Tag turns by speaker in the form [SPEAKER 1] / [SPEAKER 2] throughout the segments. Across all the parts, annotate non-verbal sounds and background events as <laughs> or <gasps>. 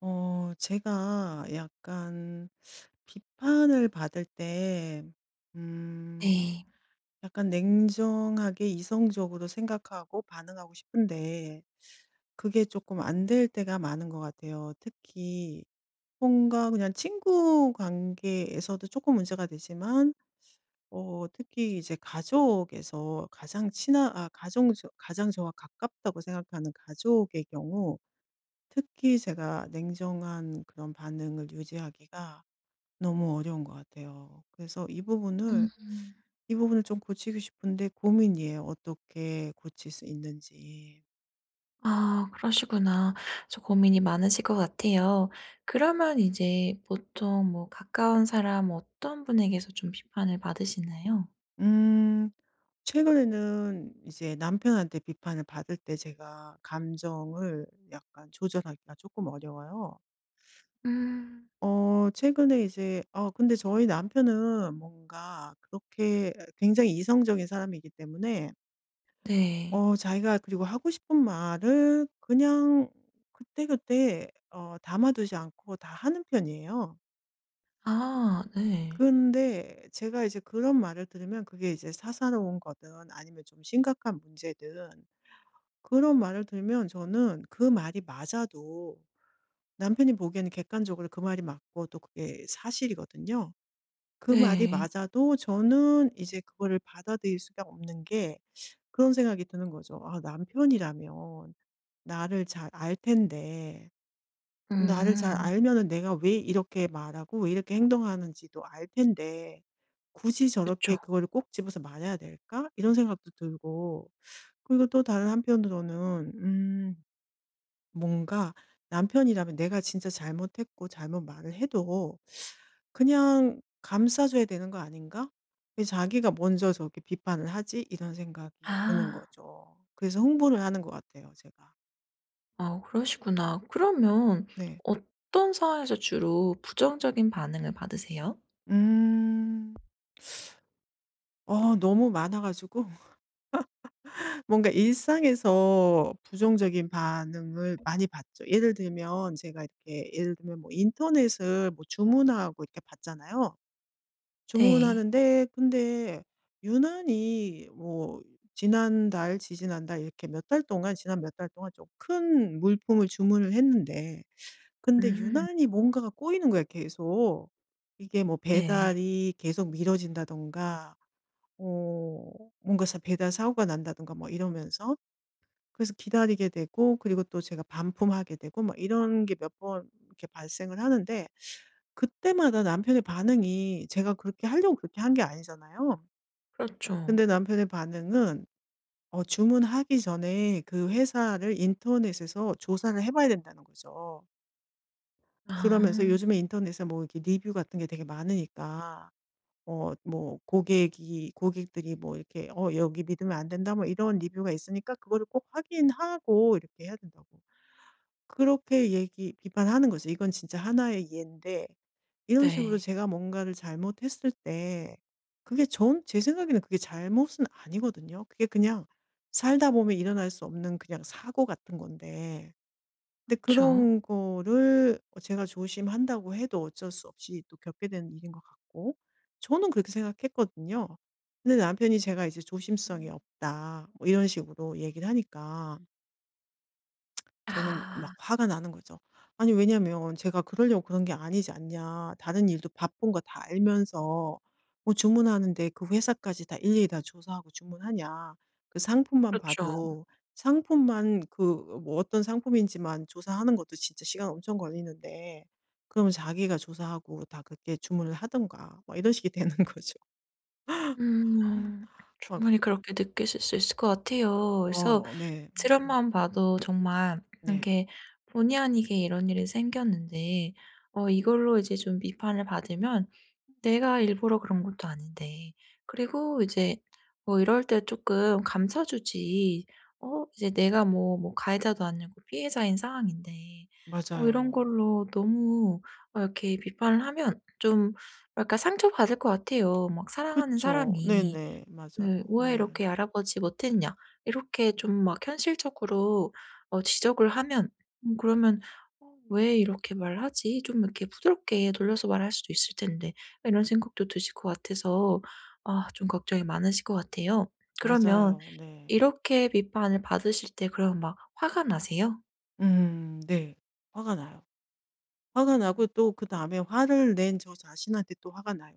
[SPEAKER 1] 제가 약간 비판을 받을 때, 음,
[SPEAKER 2] 네.
[SPEAKER 1] 약간 냉정하게 이성적으로 생각하고 반응하고 싶은데, 그게 조금 안 될 때가 많은 것 같아요. 특히, 뭔가 그냥 친구 관계에서도 조금 문제가 되지만, 특히 이제 가족에서 가장 친한, 아, 가정, 가장 저와 가깝다고 생각하는 가족의 경우, 특히 제가 냉정한 그런 반응을 유지하기가 너무 어려운 것 같아요. 그래서 이 부분을
[SPEAKER 2] 음.
[SPEAKER 1] 이 부분을 좀 고치고 싶은데 고민이에요. 어떻게 고칠 수 있는지.
[SPEAKER 2] 아, 그러시구나. 저 고민이 많으실 것 같아요. 그러면 이제 보통 가까운 사람 어떤 분에게서 좀 비판을 받으시나요?
[SPEAKER 1] 음, 최근에는 이제 남편한테 비판을 받을 때 제가 감정을 약간 조절하기가 조금 어려워요.
[SPEAKER 2] 음.
[SPEAKER 1] 최근에 이제, 근데 저희 남편은 뭔가 그렇게 굉장히 이성적인 사람이기 때문에,
[SPEAKER 2] 네.
[SPEAKER 1] 자기가 그리고 하고 싶은 말을 그냥 그때그때 담아두지 않고 다 하는 편이에요.
[SPEAKER 2] 아, 네.
[SPEAKER 1] 근데 제가 이제 그런 말을 들으면, 그게 이제 사사로운 거든 아니면 좀 심각한 문제든, 그런 말을 들으면 저는 그 말이 맞아도, 남편이 보기에는 객관적으로 그 말이 맞고 또 그게 사실이거든요. 그 말이
[SPEAKER 2] 네.
[SPEAKER 1] 맞아도 저는 이제 그거를 받아들일 수가 없는 게, 그런 생각이 드는 거죠. '아, 남편이라면 나를 잘 알 텐데, 나를 잘
[SPEAKER 2] 음.
[SPEAKER 1] 알면은 내가 왜 이렇게 말하고 왜 이렇게 행동하는지도 알 텐데, 굳이
[SPEAKER 2] 그쵸.
[SPEAKER 1] 저렇게 그걸 꼭 집어서 말해야 될까?' 이런 생각도 들고, 그리고 또 다른 한편으로는, 뭔가, 남편이라면 내가 진짜 잘못했고 잘못 말을 해도 그냥 감싸 줘야 되는 거 아닌가? 왜 자기가 먼저 저렇게 비판을 하지? 이런 생각이 드는
[SPEAKER 2] 아.
[SPEAKER 1] 거죠. 그래서 흥분을 하는 것 같아요, 제가.
[SPEAKER 2] 아, 그러시구나. 그러면
[SPEAKER 1] 네.
[SPEAKER 2] 어떤 상황에서 주로 부정적인 반응을 받으세요?
[SPEAKER 1] 음. 너무 많아 가지고 <laughs> 뭔가 일상에서 부정적인 반응을 많이 봤죠. 예를 들면 뭐 인터넷을 뭐 주문하고 이렇게 받잖아요.
[SPEAKER 2] 네.
[SPEAKER 1] 주문하는데, 근데 유난히 뭐, 지난달, 지지난달, 이렇게 몇 달 동안 지난 몇 달 동안 좀 큰 물품을 주문을 했는데, 근데
[SPEAKER 2] 음.
[SPEAKER 1] 유난히 뭔가가 꼬이는 거야, 계속. 이게 뭐
[SPEAKER 2] 네.
[SPEAKER 1] 배달이 계속 미뤄진다든가, 어 뭔가 사 배달 사고가 난다든가, 뭐 이러면서 그래서 기다리게 되고, 그리고 또 제가 반품하게 되고, 뭐 이런 게 몇 번 이렇게 발생을 하는데, 그때마다 남편의 반응이, 제가 그렇게 하려고 그렇게 한 게 아니잖아요.
[SPEAKER 2] 그렇죠.
[SPEAKER 1] 근데 남편의 반응은, 주문하기 전에 그 회사를 인터넷에서 조사를 해 봐야 된다는 거죠. 그러면서
[SPEAKER 2] 아,
[SPEAKER 1] 요즘에 인터넷에 뭐 이렇게 리뷰 같은 게 되게 많으니까, 어 뭐 고객이 고객들이 뭐 이렇게 "어, 여기 믿으면 안 된다." 뭐 이런 리뷰가 있으니까 그거를 꼭 확인하고 이렇게 해야 된다고. 그렇게 얘기 비판하는 거죠. 이건 진짜 하나의 예인데, 이런 식으로
[SPEAKER 2] 네.
[SPEAKER 1] 제가 뭔가를 잘못했을 때, 그게 전 제 생각에는 그게 잘못은 아니거든요. 그게 그냥 살다 보면 일어날 수 없는 그냥 사고 같은 건데, 근데
[SPEAKER 2] 그쵸.
[SPEAKER 1] 그런 거를 제가 조심한다고 해도 어쩔 수 없이 또 겪게 되는 일인 것 같고, 저는 그렇게 생각했거든요. 근데 남편이 제가 이제 "조심성이 없다." 뭐 이런 식으로 얘기를 하니까 저는
[SPEAKER 2] 아,
[SPEAKER 1] 막 화가 나는 거죠. 아니, 왜냐면 제가 그러려고 그런 게 아니지 않냐. 다른 일도 바쁜 거 다 알면서, 뭐 주문하는데 그 회사까지 다 일일이 다 조사하고 주문하냐. 그 상품만
[SPEAKER 2] 그렇죠.
[SPEAKER 1] 봐도, 상품만 그, 뭐 어떤 상품인지만 조사하는 것도 진짜 시간 엄청 걸리는데, 그러면 자기가 조사하고 다 그렇게 주문을 하든가, 막 이런 식이 되는 <laughs> 거죠.
[SPEAKER 2] 음.
[SPEAKER 1] 막.
[SPEAKER 2] 충분히 그렇게 느끼실 수 있을 것 같아요. 그래서
[SPEAKER 1] 네.
[SPEAKER 2] 드라마만 봐도 정말
[SPEAKER 1] 네.
[SPEAKER 2] 이렇게 본의 아니게 이런 일이 생겼는데 이걸로 이제 좀 비판을 받으면 '내가 일부러 그런 것도 아닌데.' 그리고 이제 뭐 이럴 때 쪼끔 감춰 주지. 이제 내가 뭐 가해자도 아니고 피해자인 상황인데 이런
[SPEAKER 1] 맞아요.
[SPEAKER 2] 걸로 너무 이렇게 비판을 하면 좀 약까 상처받을 것 같아요. 막 사랑하는
[SPEAKER 1] 그쵸.
[SPEAKER 2] 사람이.
[SPEAKER 1] 네네. 맞아요.
[SPEAKER 2] 네. '왜
[SPEAKER 1] 네.
[SPEAKER 2] 이렇게 알아보지 못했냐.' 이렇게 좀 막 현실적으로 지적을 하면, 음, 그러면 '어 왜 이렇게 말하지? 좀 이렇게 부드럽게 돌려서 말할 수도 있을 텐데.' 이런 생각도 드실 것 같아서 아, 좀 걱정이 많으실 것 같아요. 그러면
[SPEAKER 1] 맞아요. 네.
[SPEAKER 2] 이렇게 비판을 받으실 때 그럼 막 화가 나세요?
[SPEAKER 1] 음, 네. 화가 나요. 화가
[SPEAKER 2] 음.
[SPEAKER 1] 나고, 또 그다음에 화를 낸 저 자신한테 또 화가 나요.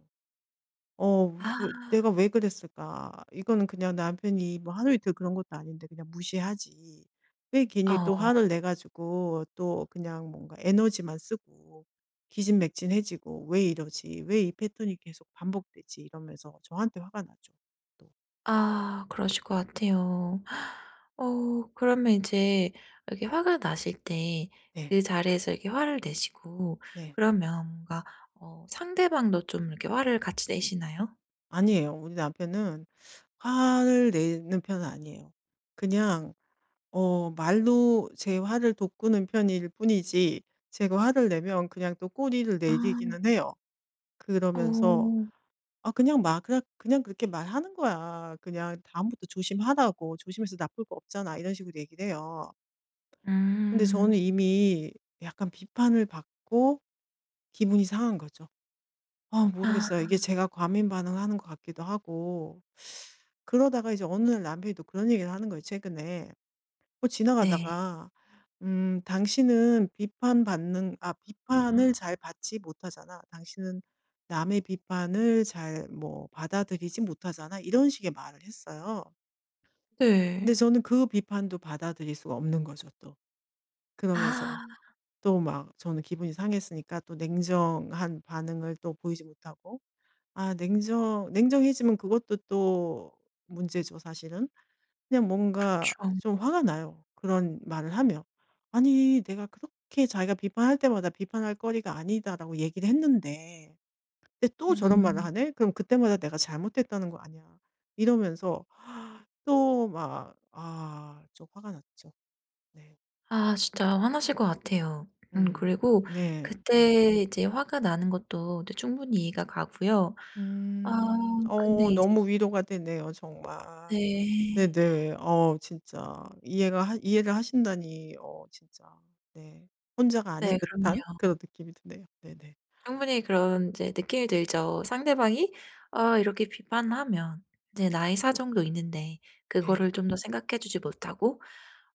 [SPEAKER 1] '어
[SPEAKER 2] 아.
[SPEAKER 1] 내가 왜 그랬을까? 이거는 그냥 남편이 뭐 하루 이틀 그런 것도 아닌데 그냥 무시하지. 왜 괜히 또
[SPEAKER 2] 어.
[SPEAKER 1] 화를 내 가지고, 또 그냥 뭔가 에너지만 쓰고 기진맥진해지고, 왜 이러지? 왜 이 패턴이 계속 반복되지?' 이러면서 저한테 화가 나죠, 또.
[SPEAKER 2] 아, 그러실 것 같아요. 어, 그러면 이제 이렇게 화가 나실 때
[SPEAKER 1] 네.
[SPEAKER 2] 그 자리에서 이렇게 화를 내시고
[SPEAKER 1] 네.
[SPEAKER 2] 그러면 뭔가 상대방도 좀 이렇게 화를 같이 내시나요?
[SPEAKER 1] 아니에요. 우리 남편은 화를 내는 편은 아니에요. 그냥 말로 제 화를 돋구는 편일 뿐이지, 제가 화를 내면 그냥 또 꼬리를
[SPEAKER 2] 아.
[SPEAKER 1] 내리기는 해요. 그러면서
[SPEAKER 2] 오.
[SPEAKER 1] "아, 그냥 막 그냥 그렇게 말하는 거야. 그냥 다음부터 조심하라고. 조심해서 나쁠 거 없잖아." 이런 식으로 얘기를 해요. 근데 저는
[SPEAKER 2] 음.
[SPEAKER 1] 이미 약간 비판을 받고 기분이 상한 거죠. 아,
[SPEAKER 2] 아,
[SPEAKER 1] 모르겠어요. 이게 제가 과민 반응하는 것 같기도 하고. 그러다가 이제 어느 날 남편이 또 그런 얘기를 하는 거예요, 최근에. 뭐
[SPEAKER 2] 네.
[SPEAKER 1] 지나가다가, "당신은 비판받는 아 비판을 잘 받지 못하잖아. 당신은 남의 비판을 잘 뭐 받아들이지 못하잖아." 이런 식의 말을 했어요. 근데
[SPEAKER 2] 네.
[SPEAKER 1] 저는 그 비판도 받아들일 수가 없는 거죠, 또. 그러면서,
[SPEAKER 2] 아,
[SPEAKER 1] 또 막 저는 기분이 상했으니까 또 냉정한 반응을 또 보이지 못하고, 아, 냉정해지면 그것도 또 문제죠, 사실은. 그냥 뭔가
[SPEAKER 2] 그쵸.
[SPEAKER 1] 좀 화가 나요, 그런 말을 하면. 아니, 내가 그렇게 자기가 비판할 때마다 '비판할 거리가 아니다.'라고 얘기를 했는데, 근데 또 저런 말을
[SPEAKER 2] 음.
[SPEAKER 1] 하네? 그럼 그때마다 내가 잘못했다는 거 아니야. 이러면서 <gasps> 또 막, 아, 좀 화가 났죠. 네.
[SPEAKER 2] 아, 진짜 화나실 것 같아요. 음.
[SPEAKER 1] 음.
[SPEAKER 2] 그리고
[SPEAKER 1] 네.
[SPEAKER 2] 그때 이제 화가 나는 것도 이제 충분히 이해가 가고요. 아,
[SPEAKER 1] 음.
[SPEAKER 2] 근데 이제
[SPEAKER 1] 너무 위로가 되네요, 정말.
[SPEAKER 2] 네.
[SPEAKER 1] 네네. 진짜 이해가 하 이해를 하신다니, 진짜, 네, 혼자가 아닌
[SPEAKER 2] 네,
[SPEAKER 1] 듯한
[SPEAKER 2] 그럼요.
[SPEAKER 1] 그런 느낌이 드네요. 네네.
[SPEAKER 2] 충분히 그런 이제 느낌이 들죠. 상대방이 이렇게 비판하면 이제 나의 사정도 있는데
[SPEAKER 1] 네.
[SPEAKER 2] 그거를 좀 더 생각해 주지 못하고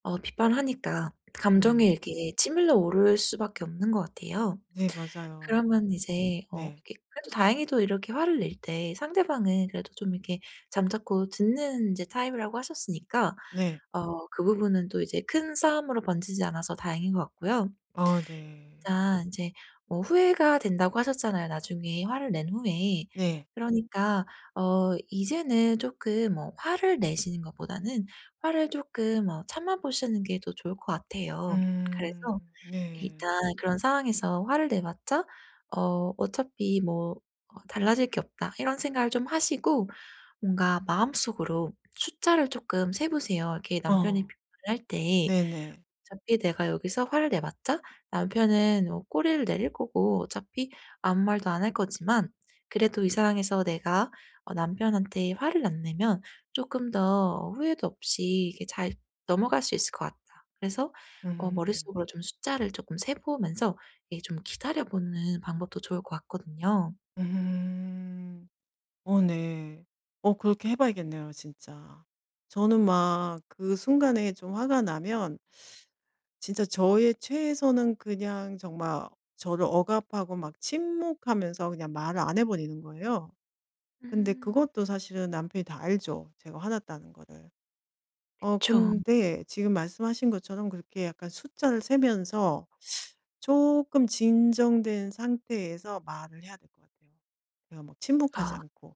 [SPEAKER 2] 비판하니까 감정이
[SPEAKER 1] 음.
[SPEAKER 2] 이렇게 치밀러 오를 수밖에 없는 것 같아요.
[SPEAKER 1] 네, 맞아요.
[SPEAKER 2] 그러면 이제
[SPEAKER 1] 네.
[SPEAKER 2] 이렇게 그래도 다행히도 이렇게 화를 낼 때 상대방은 그래도 좀 이렇게 잠자코 듣는 이제 타입이라고 하셨으니까
[SPEAKER 1] 네.
[SPEAKER 2] 그 부분은 또 이제 큰 싸움으로 번지지 않아서 다행인 것 같고요.
[SPEAKER 1] 아, 네.
[SPEAKER 2] 일단 제뭐 후회가 된다고 하셨잖아요, 나중에 화를 낸 후에.
[SPEAKER 1] 네.
[SPEAKER 2] 그러니까 이제는 쪼끔 화를 내시는 것보다는 화를 쪼끔 참아 보시는 게 더 좋을 것 같아요. 그래서
[SPEAKER 1] 음. 네.
[SPEAKER 2] 일단 그런 상황에서 화를 내봤자 어 '어차피 어 달라질 게 없다.' 이런 생각을 좀 하시고 뭔가 마음속으로 숫자를 쪼끔 세 보세요. 이렇게 남편이
[SPEAKER 1] 어.
[SPEAKER 2] 비판을 할때
[SPEAKER 1] 네네.
[SPEAKER 2] 어차피 내가 여기서 화를 내봤자 남편은 뭐 꼬리를 내릴 거고, 어차피 아무 말도 안 할 거지만 그래도 이 상황에서 내가 남편한테 화를 안 내면 조금 더 후회도 없이 이게 잘 넘어갈 수 있을 것 같다. 그래서
[SPEAKER 1] 음.
[SPEAKER 2] 머릿속으로 좀 숫자를 조금 세 보면서 예 좀 기다려 보는 방법도 좋을 것 같거든요.
[SPEAKER 1] 음. 네. 그렇게 해 봐야겠네요, 진짜. 저는 막 그 순간에 좀 화가 나면, 진짜 저의 최애서는 그냥 정말 저를 억압하고 막 침묵하면서 그냥 말을 안 해버리는 거예요. 근데
[SPEAKER 2] 음.
[SPEAKER 1] 그것도 사실은 남편이 다 알죠, 제가 화났다는 거를.
[SPEAKER 2] 그
[SPEAKER 1] 근데 지금 말씀하신 것처럼 그렇게 약간 숫자를 세면서 조금 진정된 상태에서 말을 해야 될 것 같아요. 제가 막 침묵하지
[SPEAKER 2] 아
[SPEAKER 1] 않고.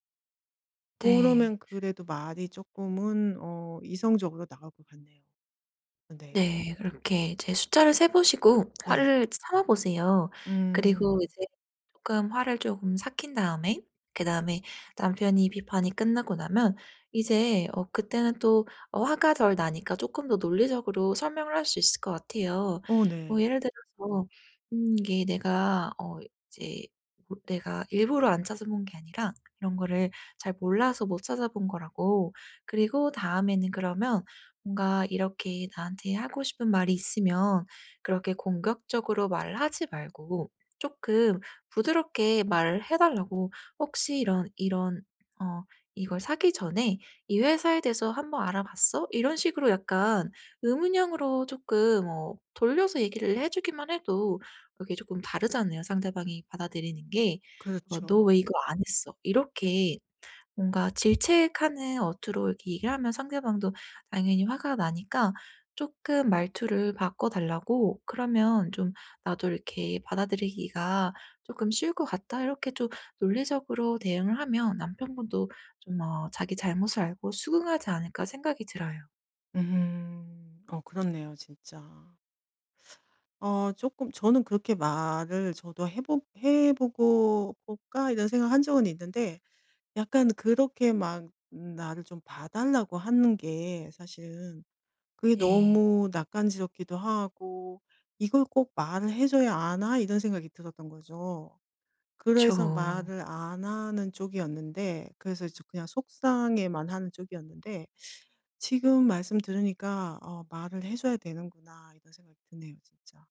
[SPEAKER 2] 네.
[SPEAKER 1] 그러면 그래도 말이 조금은, 이성적으로 나올 것 같네요. 네.
[SPEAKER 2] 네. 그렇게 이제 숫자를 세 보시고
[SPEAKER 1] 네.
[SPEAKER 2] 화를 참아 보세요. 그리고
[SPEAKER 1] 음,
[SPEAKER 2] 이제 쪼끔 화를 조금 삭힌 다음에, 그다음에 남편이 비판이 끝나고 나면 이제 그때는 또 화가 덜 나니까 쪼끔 더 논리적으로 설명을 할 수 있을 것 같아요.
[SPEAKER 1] 어,
[SPEAKER 2] 뭐
[SPEAKER 1] 네.
[SPEAKER 2] 예를 들어서 이게 내가 이제 내가 일부러 안 찾아본 게 아니라 이런 거를 잘 몰라서 못 찾아본 거라고. 그리고 다음에는 그러면 뭔가 이렇게 나한테 하고 싶은 말이 있으면 그렇게 공격적으로 말하지 말고 조금 부드럽게 말을 해 달라고. "혹시 이런 이런 어 이걸 사기 전에 이 회사에 대해서 한번 알아봤어?" 이런 식으로 약간 의문형으로 조금 돌려서 얘기를 해 주기만 해도 그게 조금 다르잖아요 상대방이 받아들이는 게. 어, "너 왜
[SPEAKER 1] 그렇죠.
[SPEAKER 2] 이거 안 했어?" 이렇게 뭔가 질책하는 어투로 이렇게 얘기를 하면 상대방도 당연히 화가 나니까 조금 말투를 바꿔 달라고 그러면 좀 '나도 이렇게 받아들이기가 조금 쉬울 것 같다.' 이렇게 좀 논리적으로 대응을 하면 남편분도 좀 어 '자기 잘못을 알고 수긍하지 않을까.' 생각이 들어요.
[SPEAKER 1] 음. 그렇네요, 진짜. 조금 저는 그렇게 말을 저도 해보 해 보고 '볼까?' 이런 생각한 적은 있는데, 약간 그렇게 막, 나를 좀 봐 달라고 하는 게 사실은 그게
[SPEAKER 2] 네.
[SPEAKER 1] 너무 낯간지럽기도 하고, '이걸 꼭 말을 해 줘야 하나?' 이런 생각이 들었던 거죠. 그래서
[SPEAKER 2] 저
[SPEAKER 1] 말을 안 하는 쪽이었는데, 그래서 그냥 속상해만 하는 쪽이었는데, 지금 말씀 들으니까 '어 말을 해 줘야 되는구나.' 이런 생각이 드네요, 진짜.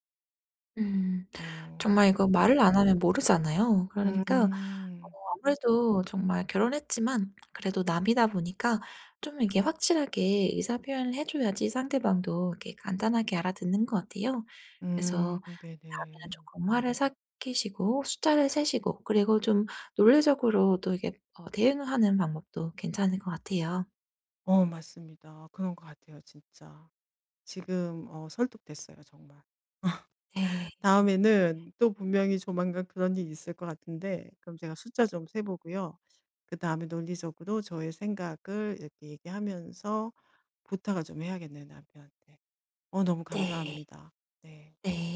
[SPEAKER 2] 음.
[SPEAKER 1] 어.
[SPEAKER 2] 정말 이거 말을 안 하면 모르잖아요. 그러니까 어
[SPEAKER 1] 음.
[SPEAKER 2] 아무래도 정말 결혼했지만 그래도 남이다 보니까 좀 이렇게 확실하게 의사 표현을 해 줘야지 상대방도 이렇게 간단하게 알아듣는 것 같아요.
[SPEAKER 1] 음,
[SPEAKER 2] 그래서 다음에는
[SPEAKER 1] 네네.
[SPEAKER 2] 조금 화를 삭히시고 숫자를 세시고 그리고 좀 논리적으로 또 이게 대응하는 방법도 괜찮을 것 같아요.
[SPEAKER 1] 맞습니다. 그런 것 같아요, 진짜. 지금 설득됐어요, 정말.
[SPEAKER 2] 네.
[SPEAKER 1] 다음에는 또 분명히 조만간 그런 일이 있을 것 같은데, 그럼 제가 숫자 좀 세 보고요. 그다음에 논리적으로 저의 생각을 이렇게 얘기하면서 부탁을 좀 해야겠네요, 남편한테. 너무
[SPEAKER 2] 네.
[SPEAKER 1] 감사합니다. 네.
[SPEAKER 2] 네.